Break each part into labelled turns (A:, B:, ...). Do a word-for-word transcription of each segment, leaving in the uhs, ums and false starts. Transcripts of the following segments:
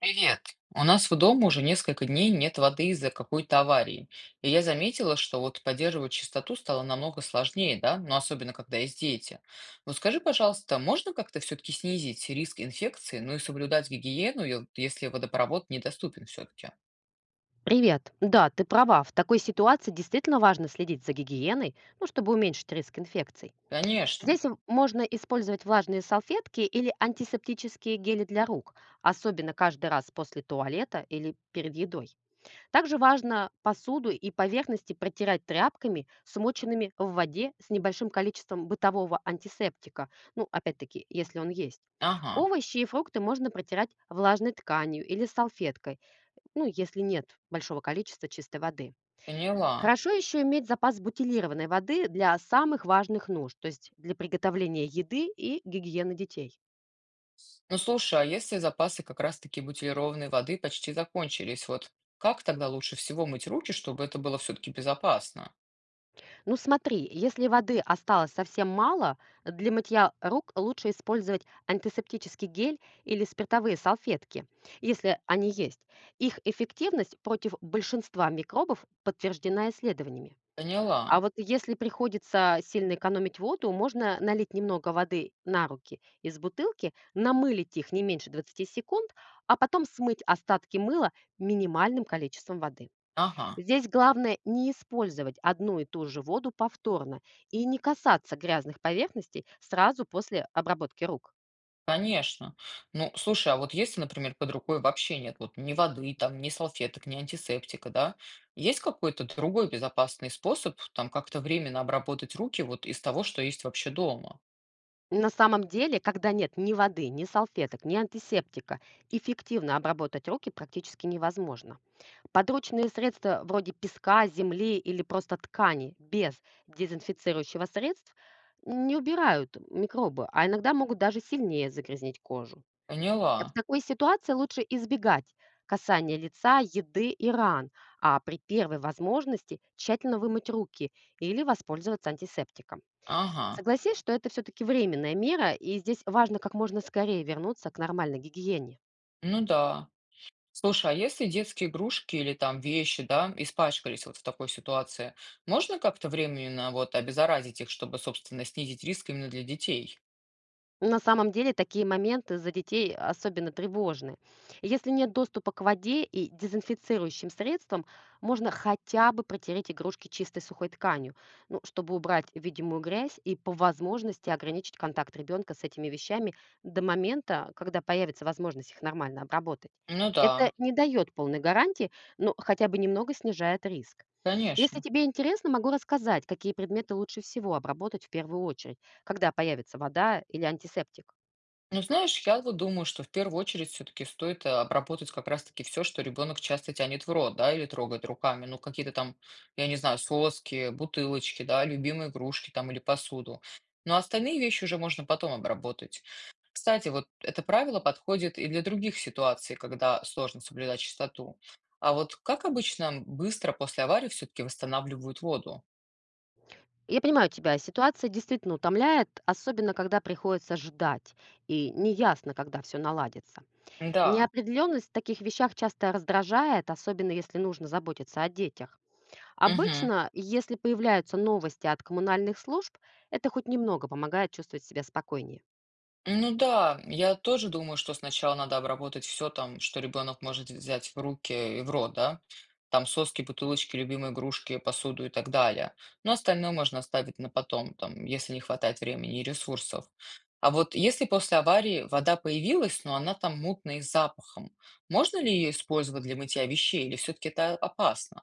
A: Привет. У нас в доме уже несколько дней нет воды из-за какой-то аварии. И я заметила, что вот поддерживать чистоту стало намного сложнее, да, но особенно когда есть дети. Вот скажи, пожалуйста, можно как-то все-таки снизить риск инфекции, ну и соблюдать гигиену, и вот если водопровод недоступен все-таки?
B: Привет. Да, ты права. В такой ситуации действительно важно следить за гигиеной, ну, чтобы уменьшить риск инфекций.
A: Конечно.
B: Здесь м- можно использовать влажные салфетки или антисептические гели для рук, особенно каждый раз после туалета или перед едой. Также важно посуду и поверхности протирать тряпками, смоченными в воде с небольшим количеством бытового антисептика, ну, опять-таки, если он есть.
A: Ага,
B: Овощи и фрукты можно протирать влажной тканью или салфеткой, ну, если нет большого количества чистой воды.
A: поняла.
B: Хорошо еще иметь запас бутилированной воды для самых важных нужд, то есть для приготовления еды и гигиены детей.
A: Ну слушай, а если запасы как раз-таки бутилированной воды почти закончились, вот как тогда лучше всего мыть руки, чтобы это было все-таки безопасно?
B: Ну смотри, если воды осталось совсем мало, для мытья рук лучше использовать антисептический гель или спиртовые салфетки, если они есть. Их эффективность против большинства микробов подтверждена исследованиями.
A: Поняла.
B: А вот если приходится сильно экономить воду, можно налить немного воды на руки из бутылки, намылить их не меньше двадцати секунд, а потом смыть остатки мыла минимальным количеством воды.
A: Ага.
B: Здесь главное не использовать одну и ту же воду повторно и не касаться грязных поверхностей сразу после обработки рук.
A: Конечно. Ну, слушай, а вот если, например, под рукой вообще нет вот ни воды, там, ни салфеток, ни антисептика, да, есть какой-то другой безопасный способ там как-то временно обработать руки вот из того, что есть вообще дома?
B: На самом деле, когда нет ни воды, ни салфеток, ни антисептика, эффективно обработать руки практически невозможно. Подручные средства вроде песка, земли или просто ткани без дезинфицирующего средств не убирают микробы, а иногда могут даже сильнее загрязнить кожу. В
A: Поняла.
B: такой ситуации лучше избегать касания лица, еды и ран, а при первой возможности тщательно вымыть руки или воспользоваться антисептиком.
A: Ага.
B: Согласись, что это все-таки временная мера, и здесь важно как можно скорее вернуться к нормальной гигиене.
A: Ну да. Слушай, а если детские игрушки или там вещи, да, испачкались вот в такой ситуации, можно как-то временно вот обеззаразить их, чтобы, собственно, снизить риск именно для детей?
B: На самом деле такие моменты за детей особенно тревожны. Если нет доступа к воде и дезинфицирующим средствам, можно хотя бы протереть игрушки чистой сухой тканью, ну, чтобы убрать видимую грязь и по возможности ограничить контакт ребенка с этими вещами до момента, когда появится возможность их нормально обработать.
A: Ну да,
B: Это не дает полной гарантии, но хотя бы немного снижает риск. Если
A: конечно.
B: тебе интересно, могу рассказать, какие предметы лучше всего обработать в первую очередь, когда появится вода или антисептик?
A: Ну, знаешь, я вот думаю, что в первую очередь все-таки стоит э, обработать как раз-таки все, что ребенок часто тянет в рот, да, или трогает руками. Ну, какие-то там, я не знаю, соски, бутылочки, да, любимые игрушки там или посуду. Но остальные вещи уже можно потом обработать. Кстати, вот это правило подходит и для других ситуаций, когда сложно соблюдать чистоту. А вот как обычно быстро после аварии все-таки восстанавливают воду?
B: Я понимаю тебя, ситуация действительно утомляет, особенно когда приходится ждать и неясно, когда все наладится.
A: Да.
B: Неопределенность в таких вещах часто раздражает, особенно если нужно заботиться о детях.
A: Угу.
B: Обычно, если появляются новости от коммунальных служб, это хоть немного помогает чувствовать себя спокойнее.
A: Ну да, я тоже думаю, что сначала надо обработать все там, что ребенок может взять в руки и в рот, да? Там соски, бутылочки, любимые игрушки, посуду и так далее. Но остальное можно оставить на потом, там, если не хватает времени и ресурсов. А вот если после аварии вода появилась, но она там мутная и с запахом, можно ли ее использовать для мытья вещей или все-таки это опасно?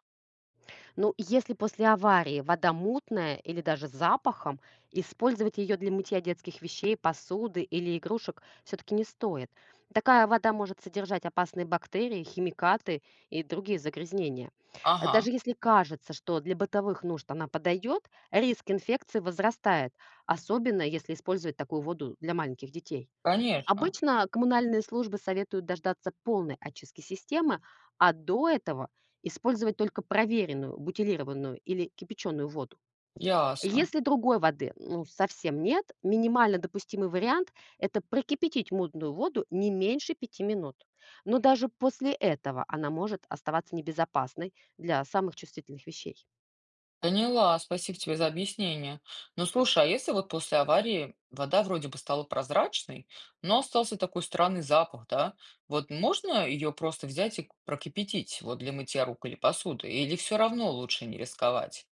B: Ну, если после аварии вода мутная или даже с запахом, использовать ее для мытья детских вещей, посуды или игрушек все-таки не стоит. Такая вода может содержать опасные бактерии, химикаты и другие загрязнения. Э,
A: Ага,
B: Даже если кажется, что для бытовых нужд она подойдет, риск инфекции возрастает, особенно если использовать такую воду для маленьких детей.
A: конечно,
B: Обычно коммунальные службы советуют дождаться полной очистки системы, а до этого использовать только проверенную, бутилированную или кипяченую воду.
A: ясно.
B: Если другой воды, ну, совсем нет, минимально допустимый вариант — это прокипятить мутную воду не меньше пяти минут. Но даже после этого она может оставаться небезопасной для самых чувствительных вещей.
A: Поняла, спасибо тебе за объяснение. Ну слушай, а если вот после аварии вода вроде бы стала прозрачной, но остался такой странный запах, да? Вот можно ее просто взять и прокипятить вот для мытья рук или посуды? Или все равно лучше не рисковать?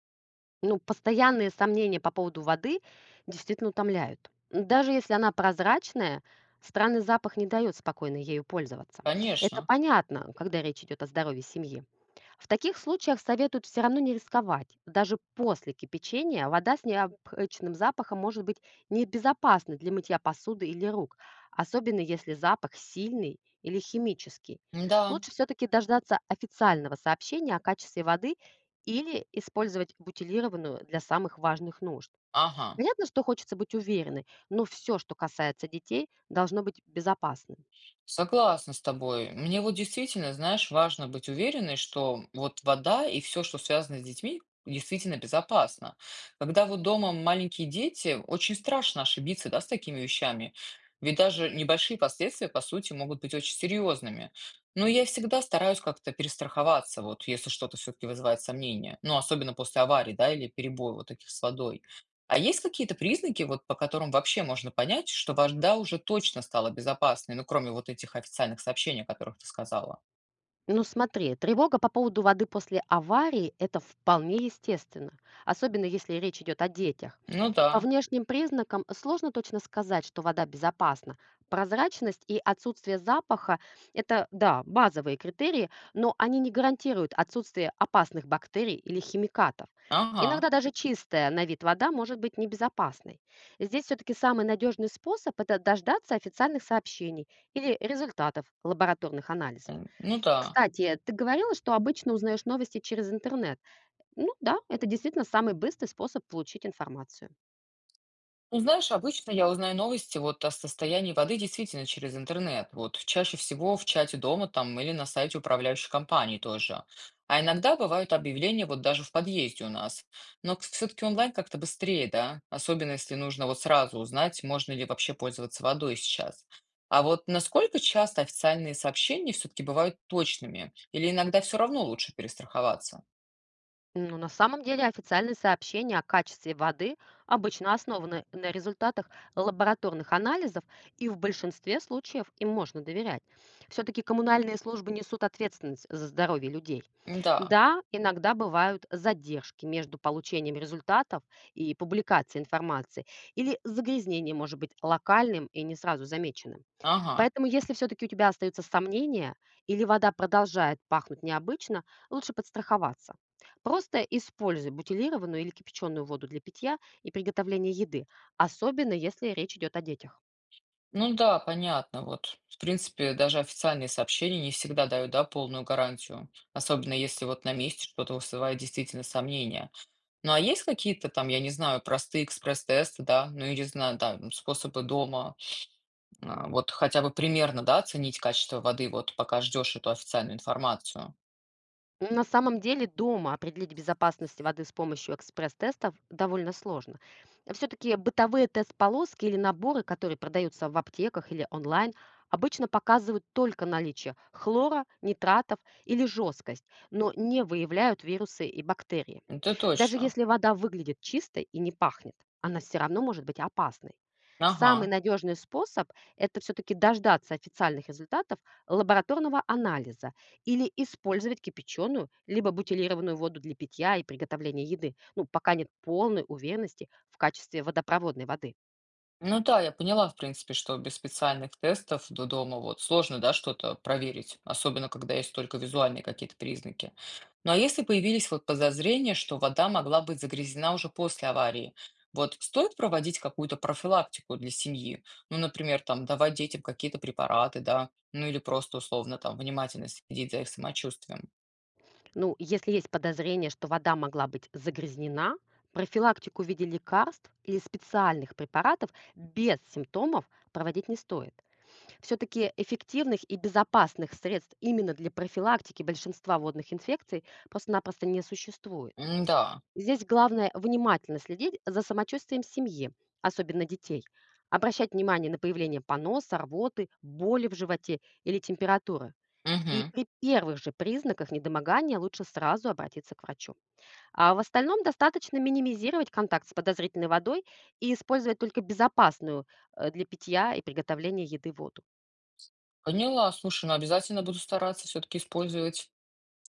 B: Ну, постоянные сомнения по поводу воды действительно утомляют. Даже если она прозрачная, странный запах не дает спокойно ею пользоваться. Это
A: Конечно.
B: понятно, когда речь идет о здоровье семьи. В таких случаях советуют все равно не рисковать. Даже после кипячения вода с необычным запахом может быть небезопасна для мытья посуды или рук, особенно если запах сильный или химический.
A: Да,
B: Лучше все-таки дождаться официального сообщения о качестве воды или использовать бутилированную для самых важных нужд.
A: ага.
B: Понятно, что хочется быть уверенной, но все, что касается детей, должно быть безопасным.
A: Согласна с тобой. Мне вот действительно, знаешь, важно быть уверенной, что вот вода и все, что связано с детьми, действительно безопасно. Когда вот дома маленькие дети, очень страшно ошибиться, да, с такими вещами. Ведь даже небольшие последствия, по сути, могут быть очень серьезными. Но я всегда стараюсь как-то перестраховаться, вот если что-то все-таки вызывает сомнения. Ну, особенно после аварии, да, или перебоя вот таких с водой. А есть какие-то признаки, вот по которым вообще можно понять, что вода уже точно стала безопасной, ну, кроме вот этих официальных сообщений, о которых ты сказала?
B: Ну смотри, тревога по поводу воды после аварии — это вполне естественно, особенно если речь идет о детях.
A: Ну
B: По
A: да,
B: внешним признакам сложно точно сказать, что вода безопасна. Прозрачность и отсутствие запаха — это, да, базовые критерии, но они не гарантируют отсутствие опасных бактерий или химикатов.
A: ага,
B: Иногда даже чистая на вид вода может быть небезопасной. Здесь все-таки самый надежный способ — это дождаться официальных сообщений или результатов лабораторных анализов.
A: м, ну да.
B: Кстати, ты говорила, что обычно узнаешь новости через интернет. Ну да, это действительно самый быстрый способ получить информацию.
A: Ну, знаешь, обычно я узнаю новости вот о состоянии воды действительно через интернет. Вот чаще всего в чате дома там или на сайте управляющей компании тоже. А иногда бывают объявления вот даже в подъезде у нас. Но все-таки онлайн как-то быстрее, да? Особенно если нужно вот сразу узнать, можно ли вообще пользоваться водой сейчас. А вот насколько часто официальные сообщения все-таки бывают точными? Или иногда все равно лучше перестраховаться?
B: Но на самом деле официальные сообщения о качестве воды обычно основаны на результатах лабораторных анализов, и в большинстве случаев им можно доверять. Все-таки коммунальные службы несут ответственность за здоровье людей.
A: Да,
B: Да, иногда бывают задержки между получением результатов и публикацией информации, или загрязнение может быть локальным и не сразу замеченным.
A: ага.
B: Поэтому, если все-таки у тебя остаются сомнения или вода продолжает пахнуть необычно, лучше подстраховаться. Просто используй бутилированную или кипяченую воду для питья и приготовления еды, особенно если речь идет о детях.
A: Ну да, понятно. Вот, в принципе, даже официальные сообщения не всегда дают, да, полную гарантию, особенно если вот на месте что-то вызывает действительно сомнения. Ну а есть какие-то там, я не знаю, простые экспресс-тесты, да, ну или, знаю, да, м, способы дома, а, вот хотя бы примерно, да, оценить качество воды, вот пока ждешь эту официальную информацию?
B: На самом деле дома определить безопасность воды с помощью экспресс-тестов довольно сложно. Все-таки бытовые тест-полоски или наборы, которые продаются в аптеках или онлайн, обычно показывают только наличие хлора, нитратов или жесткость, но не выявляют вирусы и бактерии.
A: Это
B: Даже
A: точно.
B: если вода выглядит чистой и не пахнет, она все равно может быть опасной.
A: Ага.
B: Самый надежный способ — это все-таки дождаться официальных результатов лабораторного анализа или использовать кипяченую либо бутилированную воду для питья и приготовления еды, ну, пока нет полной уверенности в качестве водопроводной воды.
A: Ну да, я поняла, в принципе, что без специальных тестов до дома вот сложно, да, что-то проверить, особенно когда есть только визуальные какие-то признаки. Ну а если появились вот подозрения, что вода могла быть загрязнена уже после аварии, вот стоит проводить какую-то профилактику для семьи? Ну, например, там давать детям какие-то препараты, да, ну или просто условно там внимательно следить за их самочувствием.
B: Ну, если есть подозрение, что вода могла быть загрязнена, профилактику в виде лекарств или специальных препаратов без симптомов проводить не стоит. Все-таки эффективных и безопасных средств именно для профилактики большинства водных инфекций просто-напросто не существует.
A: М, Да.
B: Здесь главное внимательно следить за самочувствием семьи, особенно детей. Обращать внимание на появление поноса, рвоты, боли в животе или температуры. И
A: Мгм.
B: при первых же признаках недомогания лучше сразу обратиться к врачу. А в остальном достаточно минимизировать контакт с подозрительной водой и использовать только безопасную, э, для питья и приготовления еды воду.
A: Поняла, слушай, ну обязательно буду стараться все-таки использовать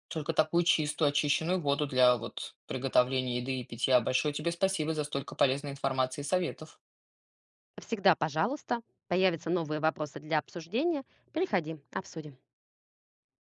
A: только такую чистую, очищенную воду для вот приготовления еды и питья. Большое тебе спасибо за столько полезной информации и советов.
B: Всегда, пожалуйста, появятся новые вопросы для обсуждения, приходи, обсудим.